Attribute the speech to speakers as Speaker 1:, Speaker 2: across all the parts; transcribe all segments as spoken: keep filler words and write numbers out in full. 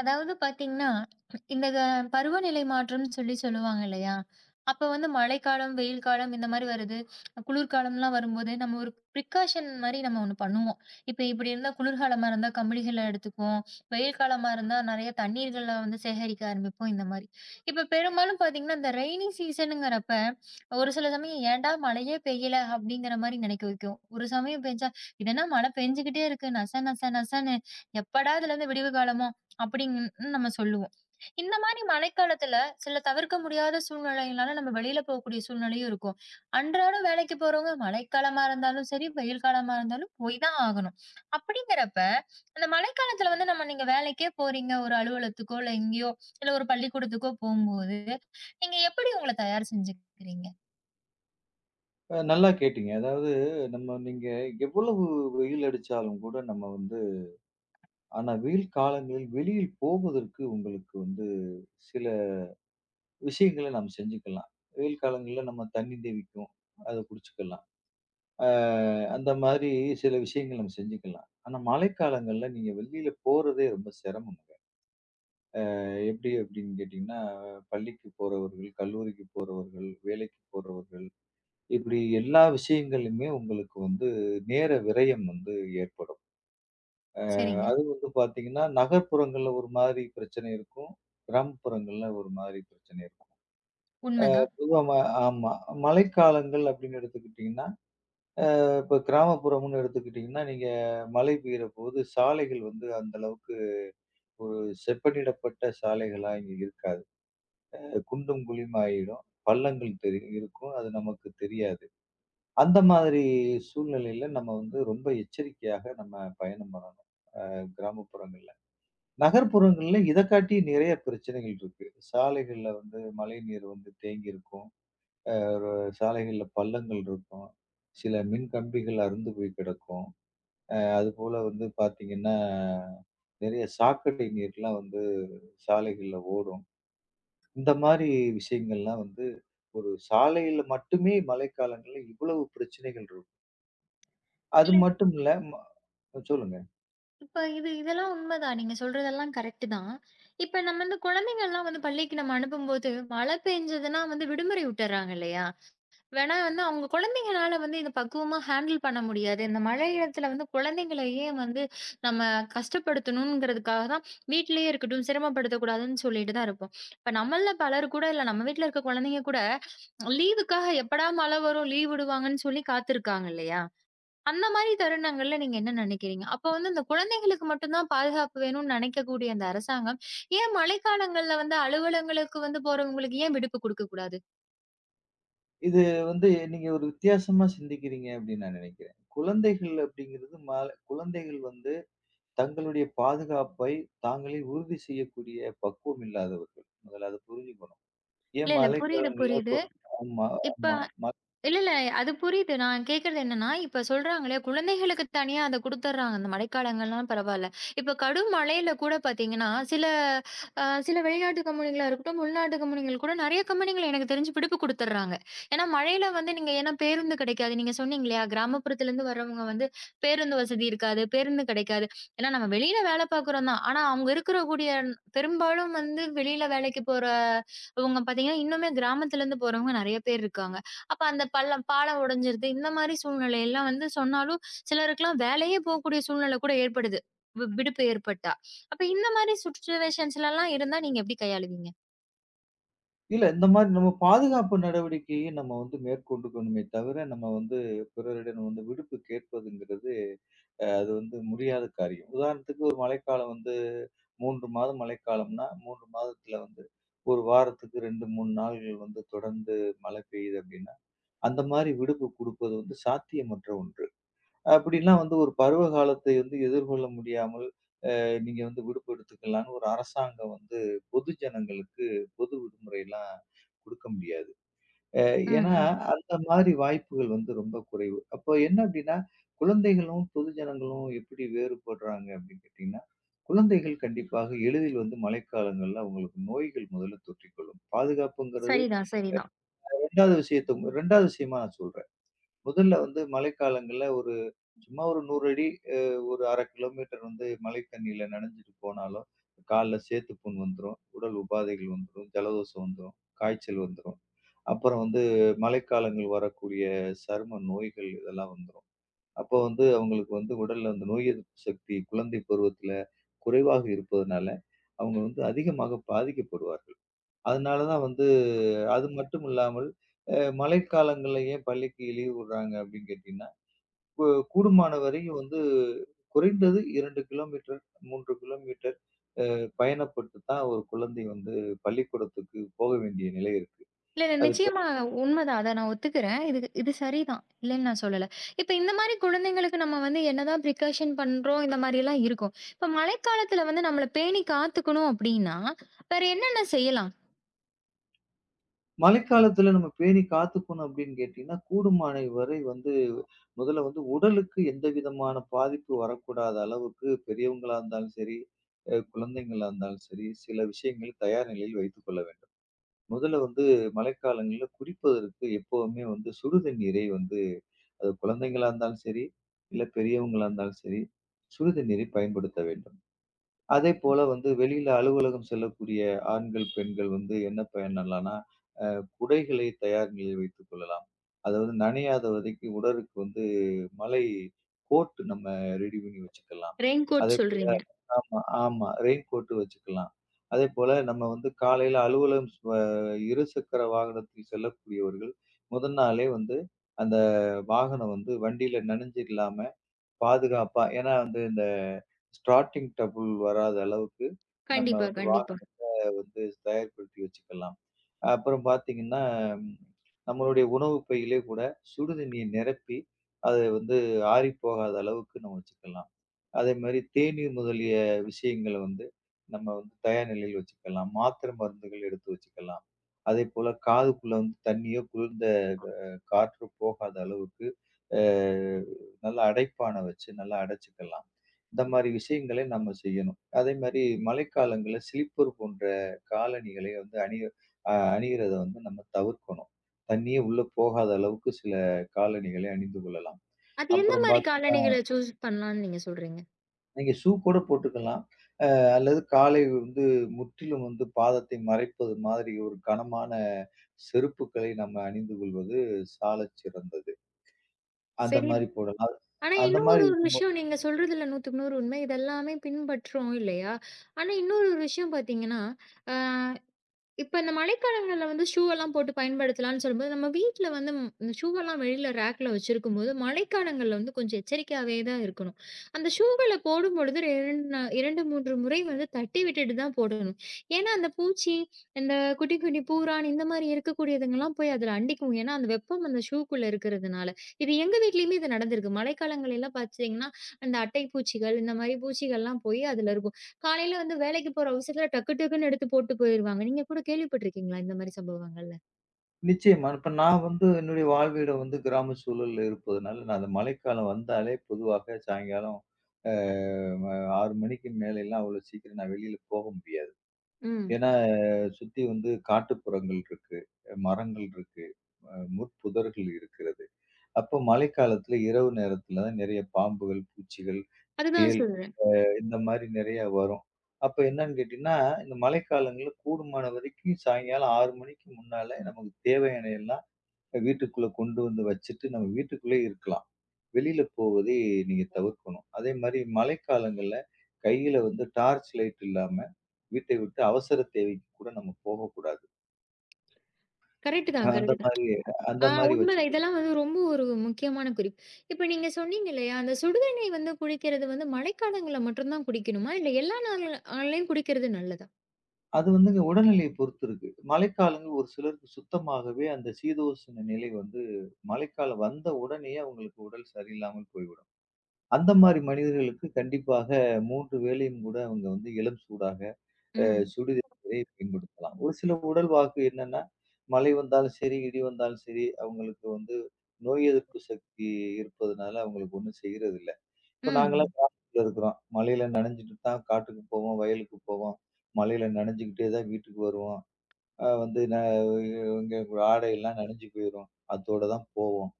Speaker 1: அதாவது பாத்தீங்கன்னா, இந்த க பருவநிலை மாற்றம்னு சொல்லி சொல்லுவாங்க இல்லையா? அப்ப வந்து மழைக்காலம், வெயில் காலம் இந்த மாரி வருது. குளிர்காலம்லாம் வரும்போது நம்ம ஒரு ப்ரிகாஷன் மாரி நம்ம ஒண்ணு பண்ணுவோம். இப்ப இப்படி இருந்தா குளிர்காலமா இருந்தா கம்பளிகள எடுத்துக்குவோம். வெயில் காலமா இருந்தா நெறைய தண்ணீர்கள வந்து சேகரிக்க ஆரம்பிப்போம் இந்த மாரி. இப்ப பெரும்பாலும் பாத்தீங்கன்னா, இந்த ரெய்னி சீசனுங்கிறப்ப ஒரு சில சமயம் ஏன்டா மழையே பெய்யல அப்படிங்கிற மாரி நினைக்க வைக்கும். ஒரு சமயம் பெஞ்சா இது என்ன மழை பெஞ்சுகிட்டே இருக்கு நச நச நசன்னு எப்படா இதுலருந்து விடிவு காலமோ? அப்டின்னு நம்ம சொல்லுவோம். இந்த மாரி மழைக்காலத்துல சில தவிர்க்க முடியாத சூழ்நிலையினால நம்ம வெளியில போகக்கூடிய சூழ்நிலையும் இருக்கும். அன்றாடம் வேலைக்கு போறவங்க மழைக்காலமா இருந்தாலும் சரி, வெயில் காலமா இருந்தாலும் போய் தான் ஆகணும். அப்டிங்கிறப்ப அந்த மழைக்காலத்துல வந்து நம்ம நீங்க வேலைக்கே போறீங்க ஒரு அலுவலகத்துக்கோ, இல்ல எங்கேயோ இல்ல ஒரு பள்ளிக்கூடத்துக்கோ போம்போது, நீங்க எப்டி உங்கள தயார் செஞ்சுக்கிறீங்க?
Speaker 2: அ நல்லா கேட்டீங்க. அதாவது, நம்ம நீங்க எவ்வளவு வெயில் அடிச்சாலும் கூட நம்ம வந்து ஆனா வெயில் காலங்களில் வெளியில் போவதற்கு உங்களுக்கு வந்து சில விஷயங்கள நாம் செஞ்சுக்கலாம். வெயில் காலங்கள்ல நம்ம தண்ணி தேவிக்கும். அத குடிச்சுக்கலாம். அ அந்த மாதிரி சில விஷயங்கள் நம்ம செஞ்சுக்கலாம். ஆனா மழைக்காலங்கள்ல நீங்க வெளியில போறதே ரொம்ப சிரமம்ங்க. அ எப்படி அப்படின்னு கேட்டீங்கன்னா, பள்ளிக்கு போறவர்கள், கல்லூரிக்கு போறவர்கள், வேலைக்கு போறவர்கள் இப்படி எல்லா விஷயங்கள்லயுமே உங்களுக்கு வந்து நேர விரயம் வந்து ஏற்படும்.
Speaker 1: சரிங்க.
Speaker 2: அது வந்து பார்த்தீங்கன்னா, நகர்ப்புறங்கள்ல ஒரு மாதிரி பிரச்சனை இருக்கும். கிராமப்புறங்கள்ல ஒரு மாதிரி பிரச்சனை இருக்கும்.
Speaker 1: உண்மதான்.
Speaker 2: பொதுவா ம ஆமா. மழைக்காலங்கள் அப்படின்னு எடுத்துக்கிட்டீங்கன்னா, இப்ப கிராமப்புறம்னு எடுத்துக்கிட்டீங்கன்னா, நீங்க மழை பெய்யறபோது சாலைகள் வந்து அந்த அளவுக்கு ஒரு செப்பனிடப்பட்ட சாலைகளா இங்க இருக்காது. குண்டும் குழியுமாயிடும். பள்ளங்கள் தெரி இருக்கும். அது நமக்கு தெரியாது. அந்த மாதிரி சூழ்நிலையில நம்ம வந்து ரொம்ப எச்சரிக்கையாக நம்ம பயணம் பண்ணணும் அஹ் கிராமப்புறங்கள்ல. நகர்ப்புறங்கள்ல இத காட்டி நிறைய பிரச்சனைகள் இருக்கு. சாலைகள்ல வந்து மழைநீர் வந்து தேங்கி இருக்கும். அ சாலைகள்ல பள்ளங்கள் இருக்கும். சில மின் கம்பிகள் அறுந்து போய் கிடக்கும். அதுபோல வந்து பார்த்தீங்கன்னா, நிறைய சாக்கடை நீர்லாம் வந்து சாலைகள்ல ஓடும். இந்த மாரி விஷயங்கள்லாம் வந்து ஒரு சாலையில மட்டுமே மழைக்காலங்கள்ல இவ்வளவு பிரச்சனைகள் இருக்கும். அது
Speaker 1: இல்ல,
Speaker 2: மட்டும் இல்ல. ம சொல்லுங்க.
Speaker 1: இப்ப இது இதெல்லாம் உண்மைதான். நீங்க சொல்றதெல்லாம் கரெக்ட்டு தான். இப்ப நம்ம வந்து குழந்தைங்கள்லாம் வந்து பள்ளிக்கு நம்ம அனுப்பும்போது, மழை பெஞ்சதுன்னா வந்து விடுமுறை விட்டுர்றாங்க இல்லையா? வேணா வந்து அவங்க குழந்தைங்கனால வந்து இத பக்குவமா ஹேண்டில் பண்ண முடியாது. இந்த மழை இடத்துல வந்து குழந்தைங்கள ஏன் வந்து நம்ம கஷ்டப்படுத்தணுங்கிறதுக்காக தான் வீட்லயே இருக்கட்டும், சிரமப்படுத்தக்கூடாதுன்னு சொல்லிட்டு தான் இருப்போம். இப்ப நம்மள்ல பலர் கூட இல்ல நம்ம வீட்ல இருக்க குழந்தைங்க கூட லீவுக்காக எப்படா மழை வரும், லீவ் விடுவாங்கன்னு சொல்லி காத்திருக்காங்க இல்லையா? அந்த மாரி தருணங்கள்ல நீங்க என்ன நெனைக்கிறீங்க? அப்ப வந்து இந்த குழந்தைகளுக்கு மட்டும் தான் பாதுகாப்பு வேணும்னு நெனைக்கக்கூடிய அந்த அரசாங்கம், ஏன் மழைக்காலங்கள்ல வந்து அலுவலங்களுக்கு வந்து போறவங்களுக்கு ஏன் விடுப்பு குடுக்கக்கூடாது?
Speaker 2: இது வந்து நீங்க ஒரு வித்தியாசமா சிந்திக்கிறீங்க அப்படின்னு நான் நினைக்கிறேன். குழந்தைகள் அப்படிங்கிறது மால குழந்தைகள் வந்து தங்களுடைய பாதுகாப்பை தாங்களே உறுதி செய்யக்கூடிய பக்குவம் இல்லாதவர்கள். முதல்ல அத புரிஞ்சுக்கணும். ஏன்
Speaker 1: இல்ல, இல்ல. புரியுது,
Speaker 2: மழைக்காலங்கள்ல கொ
Speaker 1: புரியுது.
Speaker 2: ஆமா,
Speaker 1: இப்ப
Speaker 2: ஆமா.
Speaker 1: இல்ல, இல்ல. அது புரியுது. நான் கேட்கறது என்னன்னா, இப்ப சொல்றாங்களே, குழந்தைகளுக்கு தனியா அத குடுத்துர்றாங்க. இந்த மழைக்காலங்கள்லாம் பரவால்ல. இப்ப கடும் மழையில கூட பார்த்தீங்கன்னா, சில அ சில வெளிநாட்டு கம்பெனிகளா இருக்கட்டும், உள்நாட்டு கம்பெனிகள் கூட நெறைய கம்பெனிகள் எனக்கு தெரிஞ்சு விடுப்பு குடுத்துர்றாங்க. ஏன்னா, மழையில வந்து நீங்க ஏன்னா பேருந்து கிடைக்காது. நீங்க சொன்னீங்க இல்லையா? கிராமப்புறத்துலருந்து வர்றவங்க வந்து பேருந்து வசதி இருக்காது, பேருந்து கிடைக்காது. ஏன்னா நம்ம வெளியில வேலை பார்க்குறோம் தான். ஆனா, அவங்க இருக்கிற கூடிய பெரும்பாலும் வந்து வெளியில வேலைக்கு போறவங்க பார்த்தீங்கன்னா, இன்னுமே கிராமத்துலருந்து போறவங்க நெறைய பேர் இருக்காங்க. அப்ப அந்த பள்ளம் பாலம் உடைஞ்சிருது. இந்த மாரி சூழ்நிலையெல்லாம் வந்து சொன்னாலும், சிலருக்குலாம் வேலையே போகக்கூடிய சூழ்நிலை கூட ஏற்படுது. வி விடுப்பு ஏற்பட்டா. அப்ப இந்த மாரி சிச்சுவேஷன்ஸ்லலாம் இருந்தா நீங்க எப்படி கையாளுவீங்க?
Speaker 2: இல்ல, இந்த மாரி நம்ம பாதுகாப்பு நடவடிக்கையை நம்ம வந்து மேற்கொண்டுக்கணுமே தவிர, நம்ம வந்து பிறரிடம் வந்து விடுப்பு கேட்பதுங்கிறது, அ அது வந்து முடியாத காரியம். உதாரணத்துக்கு ஒரு மழைக்காலம் வந்து மூன்று மாதம் மழைக்காலம்னா, மூன்று மாதத்துல வந்து ஒரு வாரத்துக்கு ரெண்டு, மூன்று நாள்கள் வந்து தொடர்ந்து மழை பெய்யுது அப்டின்னா, அந்த மாரி விடுப்பு குடுப்பது வந்து சாத்தியமற்ற ஒன்று. அப்டின்னா வந்து ஒரு பருவ காலத்தை வந்து எதிர்கொள்ள முடியாமல் நீங்க வந்து விடுப்பு எடுத்துக்கலாம்ன்னு ஒரு அரசாங்கம் வந்து பொது ஜனங்களுக்கு பொது விடுமுறைலாம் குடுக்க முடியாது. அ
Speaker 1: ம்,
Speaker 2: ஏன்னா,
Speaker 1: ம்.
Speaker 2: அந்த மாதிரி வாய்ப்புகள் வந்து ரொம்ப குறைவு. அப்போ என்ன அப்படின்னா, குழந்தைகளும், பொது ஜனங்களும் எப்படி வேறுபடுறாங்க அப்படின்னு கேட்டீங்கன்னா, குழந்தைகள் கண்டிப்பாக எளிதில் வந்து மழைக்காலங்கள்ல அவங்களுக்கு நோய்கள் முதல்ல தொற்றிக்கொள்ளும். பாதுகாப்புங்கிறது
Speaker 1: சரிதான், சரிதான்.
Speaker 2: 2வது விஷயத்த 2வது விஷயமா நான் சொல்றேன். முதல்ல வந்து மழைக்காலங்கள்ல ஒரு சும்மா ஒரு நூறு அடி, அ ஒரு அரை கிலோமீட்டர் வந்து மழை தண்ணீல நனஞ்சுட்டு போனாலும், கால்ல சேத்துப்புண் வந்துரும். உடல் உபாதைகள் வந்துரும். ஜலதோஷம் வந்துரும். காய்ச்சல் வந்துரும். அப்புறம் வந்து மழைக்காலங்கள் வரக்கூடிய சரும நோய்கள் இதெல்லாம் வந்துரும். அப்போ வந்து அவங்களுக்கு வந்து உடல்ல அந்த நோய் எதிர்ப்பு சக்தி குழந்தை பருவத்தில குறைவாக இருப்பதனால, அவங்க வந்து அதிகமாக பாதிக்கப்படுவார்கள். அதனால தான் வந்து அது மட்டும் இல்லாமல், அ மழைக்காலங்கள்ல ஏன் பள்ளிக்கு லீவ் விடுறாங்க அப்படின்னு கேட்டீங்கன்னா, கூ கூடுமான வரையும் வந்து குறைந்தது இரண்டு கிலோமீட்டர், மூன்று கிலோமீட்டர் பயணப்பட்டு தான் ஒரு குழந்தை வந்து பள்ளிக்கூடத்துக்கு போக வேண்டிய நிலை இருக்கு.
Speaker 1: இல்ல, இல்ல
Speaker 2: அது இப்ப
Speaker 1: நிச்சயமா உண்மதான். அத நான் ஒத்துக்கிறேன். இது இது சரிதான். இல்லன்னு நான் சொல்லல. இப்ப இந்த மாரி குழந்தைங்களுக்கு நம்ம வந்து என்னதான் ப்ரிகாஷன் பண்றோம், இந்த மாரிலாம் இருக்கும். இப்ப மழைக்காலத்துல வந்து நம்மள பேணி காத்துக்கணும் அப்படின்னா, வேற என்னென்ன செய்யலாம்?
Speaker 2: மழைக்காலத்துல நம்ம பேணி காத்துக்கணும் அப்படின்னு கேட்டீங்கன்னா, கூடுமானை வரை வந்து முதல்ல வந்து உடலுக்கு எந்த விதமான பாதிப்பு வரக்கூடாத அளவுக்கு பெரியவங்களா இருந்தாலும் சரி, அ குழந்தைங்களா இருந்தாலும் சரி, சில விஷயங்கள் தயார் நிலையில் வைத்துக் கொள்ள வேண்டும். முதல்ல வந்து மழைக்காலங்கள்ல குடிப்பதற்கு எப்பவுமே வந்து சுடு தண்ணீரை வந்து அது குழந்தைங்களா இருந்தாலும் சரி, இல்ல பெரியவங்களா இருந்தாலும் சரி, சுடு தண்ணீரை பயன்படுத்த வேண்டும். அதேபோல வந்து வெளியில அலுவலகம் செல்லக்கூடிய ஆண்கள், பெண்கள் வந்து என்ன பண்ணலாம்னா, குடைகளை தயார் நிலையில் வைத்துக் கொள்ளலாம். அதாவது நனையாத வதைக்கு உடலுக்கு வந்து மழை கோட் நம்ம ரெடி பண்ணி வச்சுக்கலாம்.
Speaker 1: ரெயின் கோட்
Speaker 2: அதே
Speaker 1: சொல்றீங்க.
Speaker 2: ஆமா, ஆமா. ரெயின் கோட் வச்சுக்கலாம். அதேபோல நம்ம வந்து காலையில அலுவலகம் ஸ் வ இருசக்கர வாகனத்தில் செல்லக்கூடியவர்கள், முதல் நாளே வந்து அந்த வாகனம் வந்து வண்டியில நனைஞ்சு இல்லாம பாதுகாப்பா ஏன்னா வந்து இந்த ஸ்டார்ட்டிங் ட்ரபுள் வராத அளவுக்கு நம்ம
Speaker 1: கண்டிப்பா,
Speaker 2: வந்து
Speaker 1: கண்டிப்பா.
Speaker 2: வாகனத்த வந்து தயார்படுத்தி வச்சுக்கலாம். அப்புறம் பார்த்தீங்கன்னா, நம்மளுடைய உணவு பையிலே கூட சுடுதண்ணீய நிரப்பி, அது வந்து ஆறிப்போகாத அளவுக்கு நம்ம வச்சுக்கலாம். அதே மாரி தேநீர் முதலிய விஷயங்கள வந்து நம்ம வந்து தயார் நிலையில் வச்சுக்கலாம். மாத்திரை மருந்துகள் எடுத்து வச்சுக்கலாம். அதேபோல காதுக்குள்ள வந்து தண்ணியோ, குளிர்ந்த அ காற்று போகாத அளவுக்கு அ நல்லா அடைப்பான வச்சு நல்லா அடைச்சுக்கலாம். இந்த மாரி விஷயங்களை நம்ம செய்யணும். அதே மாரி மழைக்காலங்கள்ல ஸ்லிப்பர் போன்ற காலணிகளை வந்து அணிய அ அணியிறத வந்து நம்ம தவிர்க்கணும். தண்ணியே உள்ள போகாத அளவுக்கு சில காலணிகளை அணிந்து கொள்ளலாம்.
Speaker 1: அது எந்த
Speaker 2: அப்புறம்
Speaker 1: மாரி
Speaker 2: பார்த்தீங்கன்னா,
Speaker 1: காலணிகள சூஸ் பண்ணலான்னு நீங்க சொல்றீங்க?
Speaker 2: நீங்க ஷூ கூட போட்டுக்கலாம். அல்லது காலை வந்து முற்றிலும் வந்து பாதத்தை மறைப்பது மாதிரி ஒரு கனமான செருப்புக்களை நம்ம அணிந்து கொள்வது சாலச் சிறந்தது. அந்த
Speaker 1: சரி.
Speaker 2: மாரி போடலாம்.
Speaker 1: ஆனா
Speaker 2: அந்த
Speaker 1: இன்னும் ஒரு
Speaker 2: மாரி
Speaker 1: ஒரு விஷயம் நீங்க சொல்றதுல நூற்றுக்கு நூறு உண்மை. இதெல்லாமே பின்பற்றோம் இல்லையா? ஆனா இன்னொரு ஒரு விஷயம் பார்த்தீங்கன்னா, ஆ இப்ப இந்த மழைக்காலங்கள்ல வந்து ஷூ எல்லாம் போட்டு பயன்படுத்தலாம்னு சொல்லும்போது, நம்ம வீட்ல வந்து ம் இந்த ஷூ எல்லாம் வெளியில ரேக்ல வச்சிருக்கும்போது, மழைக்காலங்கள்ல வந்து கொஞ்சம் எச்சரிக்கையாவே தான் இருக்கணும். அந்த ஷூகள போடும்பொழுது ரெண்டு நா ரெண்டு, மூணு முறை வந்து தட்டி விட்டுட்டு தான் போடணும். ஏன்னா, அந்த பூச்சி, இந்த குட்டி, குட்டி பூரான் இந்த மாரி இருக்கக்கூடியதுங்கலாம் போய் அதுல அண்டிக்கும். ஏன்னா, அந்த வெப்பம் அந்த ஷூக்குள்ள இருக்கிறதுனால. இது எங்க வீட்லயுமே இது நடந்திருக்கு. மழைக்காலங்கள்ல எல்லாம் பார்த்தீங்கன்னா, அந்த அட்டை பூச்சிகள் இந்த மாரி பூச்சிகள்லாம் போய் அதுல இருக்கும். காலையில வந்து வேலைக்கு போற அவசரத்துல டக்கு டக்குன்னு எடுத்து போட்டு போயிருவாங்க. நீங்க கூட கேள்விப்பட்டுருக்கீங்களா இந்த மாரி சம்பவங்கள்ல?
Speaker 2: நிச்சயமா. இப்ப நான் வந்து என்னுடைய வாழ்விடம் வந்து கிராம சூழல்ல இருப்பதுனால, நான் அந்த மழைக்காலம் வந்தாலே பொதுவாக சாயங்காலம் அ ம ஆறு மணிக்கு மேலலாம் அவ்வளோ சீக்கிரம் நான் வெளியில போக முடியாது.
Speaker 1: ம்.
Speaker 2: ஏன்னா அஹ், சுத்தி வந்து காட்டுப்புறங்கள் இருக்கு, மரங்கள் இருக்கு, அ முட்புதர்கள் இருக்கிறது. அப்போ மழைக்காலத்துல இரவு நேரத்துல தான் நெறைய பாம்புகள், பூச்சிகள்,
Speaker 1: அதுதான்
Speaker 2: தேள்
Speaker 1: சொல்றேன்.
Speaker 2: இந்த மாரி நெறைய வரும். அப்ப என்னன்னு கேட்டீங்கன்னா, இந்த மழைக்காலங்கள்ல கூடுமான வரைக்கும் சாயங்காலம் ஆறு மணிக்கு முன்னால நமக்கு தேவையான எல்லாம் வீட்டுக்குள்ள கொண்டு வந்து வச்சுட்டு, நம்ம வீட்டுக்குள்ளேயே இருக்கலாம். வெளியில போவதை நீங்க தவிர்க்கணும். அதே மாரி மழைக்காலங்கள்ல கையில வந்து டார்ச் லைட் இல்லாம, வீட்டை விட்டு அவசர தேவைக்கு கூட நம்ம போகக்கூடாது.
Speaker 1: கரெக்ட் தான்,
Speaker 2: அந்த
Speaker 1: கரெக்ட் தான்.
Speaker 2: மாரி அந்த
Speaker 1: ஆ
Speaker 2: மாரி வச்சு
Speaker 1: உண்மைதான். இதெல்லாம் வந்து ரொம்ப ஒரு முக்கியமான குறிப்பு. இப்ப நீங்க சொன்னீங்க இல்லையா, அந்த சுடுதண்ணீ வந்து குடிக்கிறது வந்து மழைக்காலங்கள்ல மட்டும் தான் குடிக்கணுமா? இல்ல எல்லா நாள் நாள்லயும் குடிக்கிறது நல்லதா?
Speaker 2: அது வந்துங்க உடல்நிலையை பொறுத்து இருக்கு. மழைக்காலங்க ஒரு சிலருக்கு சுத்தமாகவே அந்த சீதோஷ்ண நிலை வந்து மழைக்காலம் வந்த உடனேயே அவங்களுக்கு உடல் சரியில்லாமல் போய்விடும். அந்த மாரி மனிதர்களுக்கு கண்டிப்பாக மூன்று வேளையும் கூட அவங்க வந்து இளம் சூடாக அ
Speaker 1: ம்.
Speaker 2: சுடுதண்ணீரை பயன்படுத்தலாம். ஒரு சில உடல் வாக்கு என்னன்னா, மழை வந்தாலும் சரி, இடி வந்தாலும் சரி, அவங்களுக்கு வந்து நோய் எதிர்ப்பு சக்தி இருப்பதனால அவங்களுக்கு ஒண்ணும் செய்றதில்ல. இப்ப நாங்கலாம்
Speaker 1: ம்.
Speaker 2: காட்டுக்குள்ள இருக்கிறோம். மழையில நனைஞ்சுட்டு தான் காட்டுக்கு போவோம், வயலுக்கு போவோம். மழையில நனைஞ்சுக்கிட்டே தான் வீட்டுக்கு வருவோம். அ வந்து ந இங்க ஆடையெல்லாம் நனைஞ்சு போயிரும். அத்தோட தான் போவோம்.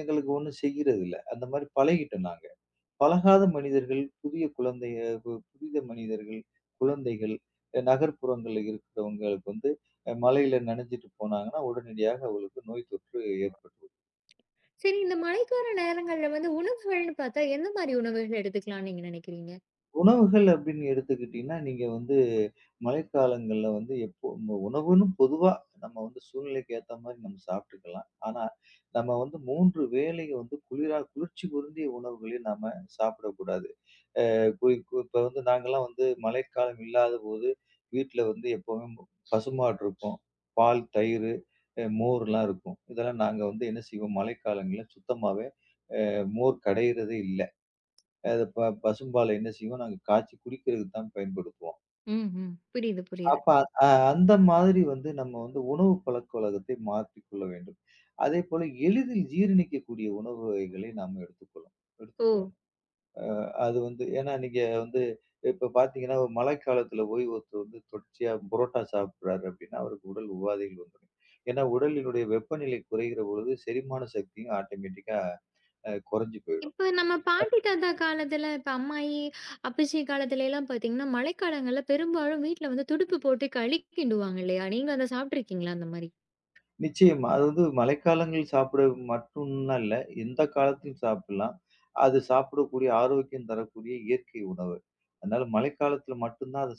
Speaker 2: எங்களுக்கு ஒண்ணும் செய்யறதில்ல. அந்த மாரி பழகிட்டோம் நாங்க. பழகாத மனிதர்கள், புதிய குழந்தைய பு புதித மனிதர்கள், குழந்தைகள், அ நகர்ப்புறங்கள்ல இருக்கிறவங்களுக்கு வந்து அ மழையில நனைஞ்சுட்டு போனாங்கன்னா, உடனடியாக அவங்களுக்கு நோய் தொற்று ஏற்பட்டுரும்.
Speaker 1: சரி இந்த மழைக்கால நேரங்கள்ல வந்து உணவுகள்னு பார்த்தா எந்த மாரி உணவுகள் எடுத்துக்கலாம்னு நீங்க நினைக்கிறீங்க?
Speaker 2: உணவுகள் அப்படின்னு எடுத்துக்கிட்டீங்கன்னா, நீங்க வந்து மழைக்காலங்கள்ல வந்து எப்போ உங்க உணவுன்னு பொதுவா நம்ம வந்து சூழ்நிலைக்கு ஏத்த மாரி நம்ம சாப்பிட்டுக்கலாம். ஆனா, நம்ம வந்து மூன்று வேளையும் வந்து குளிரா குளிர்ச்சி பொருந்திய உணவுகளையும் நாம சாப்பிடக்கூடாது. அ குறி கு இப்ப வந்து நாங்கலாம் வந்து மழைக்காலம் இல்லாதபோது வீட்ல வந்து எப்பவுமே மு- பசுமாடு இருக்கும். பால், தயிரு, அ மோர்லாம் இருக்கும். இதெல்லாம் நாங்க வந்து என்ன செய்வோம், மழைக்காலங்கள்ல சுத்தமாவே மோர் கடையிறதே இல்ல. அது ப பசும்பால என்ன செய்வோம், நாங்க காய்ச்சி குடிக்கிறதுக்கு தான் பயன்படுத்துவோம்.
Speaker 1: ம், ம். புரியுது, புரியுது.
Speaker 2: அப்ப அ அந்த மாதிரி வந்து நம்ம வந்து உணவு பழக்கவழக்கத்தை மாற்றிக்கொள்ள வேண்டும். அதேபோல எளிதில் ஜீரணிக்கக்கூடிய உணவு வகைகளை நாம் எடுத்துக்கொள்ளும்
Speaker 1: ஓ!
Speaker 2: எடுத்துக்கொள்ளணும். அது வந்து ஏன்னா நீங்க வந்து இப்ப பார்த்தீங்கன்னா, மழைக்காலத்துல போய் ஒருத்தர் வந்து தொடர்ச்சியா புரோட்டா சாப்பிடுறாரு அப்படின்னா, அவருக்கு உடல் உபாதைகள் வந்துரும். ஏன்னா உடலினுடைய வெப்பநிலை குறைகிற பொழுது செரிமான சக்தியும் ஆட்டோமேட்டிக்கா அ குறைஞ்சு போயிடும்.
Speaker 1: இப்ப நம்ம பாட்டி தாத்தா காலத்துல, இப்ப அம்மாயி, அப்பச்சி காலத்துல எல்லாம் பாத்தீங்கன்னா, மழைக்காலங்கள்ல பெரும்பாலும் வீட்ல வந்து துடுப்பு போட்டு களி கிண்டுவாங்க இல்லையா? நீங்க அத சாப்பிட்டுருக்கீங்களா அந்த மாரி?
Speaker 2: நிச்சயமா. அது வந்து மழைக்காலங்கள் சாப்பிட மட்டும்லாம் இல்ல. எந்த காலத்திலும் சாப்பிடலாம். அது சாப்பிடக்கூடிய ஆரோக்கியம் தரக்கூடிய இயற்கை உணவு. அதனால மழைக்காலத்துல மட்டும் தான் அத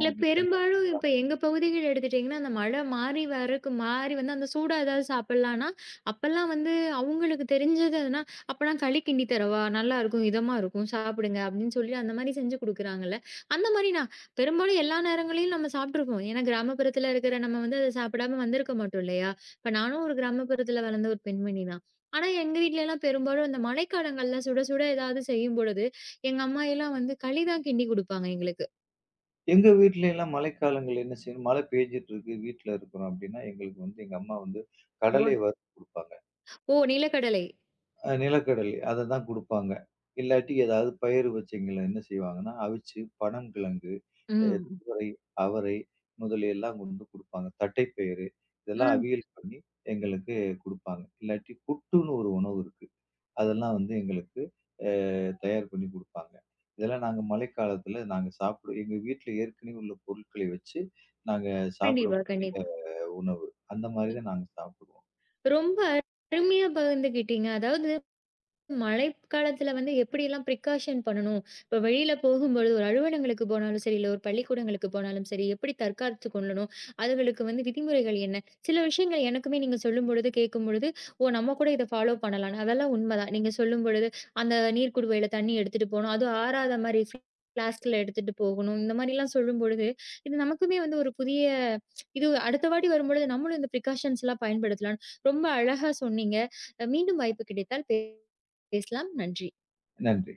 Speaker 1: இல்ல
Speaker 2: மித்த நேரத்துல
Speaker 1: பெரும்பாலும் இப்ப
Speaker 2: சாப்
Speaker 1: எங்க பகுதிகள் எடுத்துட்டீங்கன்னா, அந்த மழை மாறி வரக்கு மாறி வந்து அந்த சூடா ஏதாவது சாப்பிடலான்னா, அப்பல்லாம் வந்து அவங்களுக்கு தெரிஞ்சது எதுனா, அப்பன்னா களி கிண்டி தரவா? நல்லாருக்கும், இதமா இருக்கும், சாப்பிடுங்க அப்படின்னு சொல்லி அந்த மாரி செஞ்சு குடுக்குறாங்கல்ல. அந்த மாரி நான் பெரும்பாலும் எல்லா நேரங்களையும் நம்ம சாப்பிட்டுருப்போம். ஏன்னா கிராமப்புறத்துல இருக்கிற நம்ம வந்து அத சாப்பிடாம வந்திருக்க மாட்டோம் இல்லையா? இப்ப நானும் ஒரு கிராமப்புறத்துல வளர்ந்த ஒரு பெண்மணி தான். ஆனா எங்க வீட்லலாம் பெரும்பாலும் இந்த மழைக்காலங்கள்ல சுட சுட ஏதாவது செய்யும் பொழுது, எங்க அம்மா எல்லாம் வந்து களி தான் கிண்டி குடுப்பாங்க எங்களுக்கு.
Speaker 2: எங்க வீட்லலாம் மழைக்காலங்கள் என்ன செய்யணும், மழை பெய்ஞ்சுட்டு இருக்கு, வீட்ல இருக்கிறோம் அப்படின்னா, எங்களுக்கு வந்து எங்க அம்மா வந்து கடலை வறுத்து குடுப்பாங்க.
Speaker 1: ஓ! நிலக்கடலை.
Speaker 2: அ நிலக்கடலை அத தான் குடுப்பாங்க. இல்லாட்டி ஏதாவது பயிறு வச்சவைங்கள என்ன செய்வாங்கன்னா, அவிச்சு பனங்கிழங்கு அ
Speaker 1: ம்.
Speaker 2: துவரை, அவரை முதலிய எல்லாம் கொண்டு குடுப்பாங்க. தட்டைப்பயிறு இதெல்லாம்
Speaker 1: ம்.
Speaker 2: அவியல் பண்ணி எங்களுக்கு குடுப்பாங்க. இல்லாட்டி புட்டுன்னு ஒரு உணவு இருக்கு. அதெல்லாம் வந்து எங்களுக்கு அ தயார் பண்ணி குடுப்பாங்க. இதெல்லாம் நாங்க மழைக்காலத்துல நாங்க சாப்பிடு எங்க வீட்ல ஏற்கனவே உள்ள பொருட்களை வச்சு நாங்க
Speaker 1: கண்டிப்பா,
Speaker 2: சாப்பிடக்கூடிய
Speaker 1: கண்டிப்பா.
Speaker 2: உணவு. அந்த மாரி தான் நாங்க சாப்பிடுவோம்.
Speaker 1: ரொம்ப அருமையா பகிர்ந்துக்கிட்டீங்க. அதாவது மழைக்காலத்துல வந்து எப்படியெல்லாம் பிரிகாஷன் பண்ணணும்? இப்ப வெளியில போகும்பொழுது, ஒரு அலுவலகங்களுக்கு போனாலும் சரி, இல்ல ஒரு பள்ளிக்கூடங்களுக்கு போனாலும் சரி, எப்படி தற்காத்து கொள்ளணும்? அதுகளுக்கு வந்து விதிமுறைகள் என்ன? சில விஷயங்கள் எனக்குமே நீங்க சொல்லும்பொழுது, கேட்கும்பொழுது, ஓ! நம்ம கூட இத ஃபாலோ பண்ணலாம்ன்னு. அதெல்லாம் உண்மதான். நீங்க சொல்லும்பொழுது, அந்த நீர் குடுவையில தண்ணி எடுத்துட்டு போணும். அதுவும் ஆறாத மாரி ஃப்ளாஸ்க்ல எடுத்துட்டு போகணும். இந்த மாரிலாம் சொல்லும்பொழுது, இது நமக்குமே வந்து ஒரு புதிய இது அடுத்த வாட்டி வரும்பொழுது நம்மளும் இந்த பிரிகாஷன்ஸ்லாம் பயன்படுத்தலாம்ன்னு ரொம்ப அழகா சொன்னீங்க. அ மீண்டும் வாய்ப்பு கிடைத்தால் பே பேசலாம். நன்றி.
Speaker 2: நன்றி.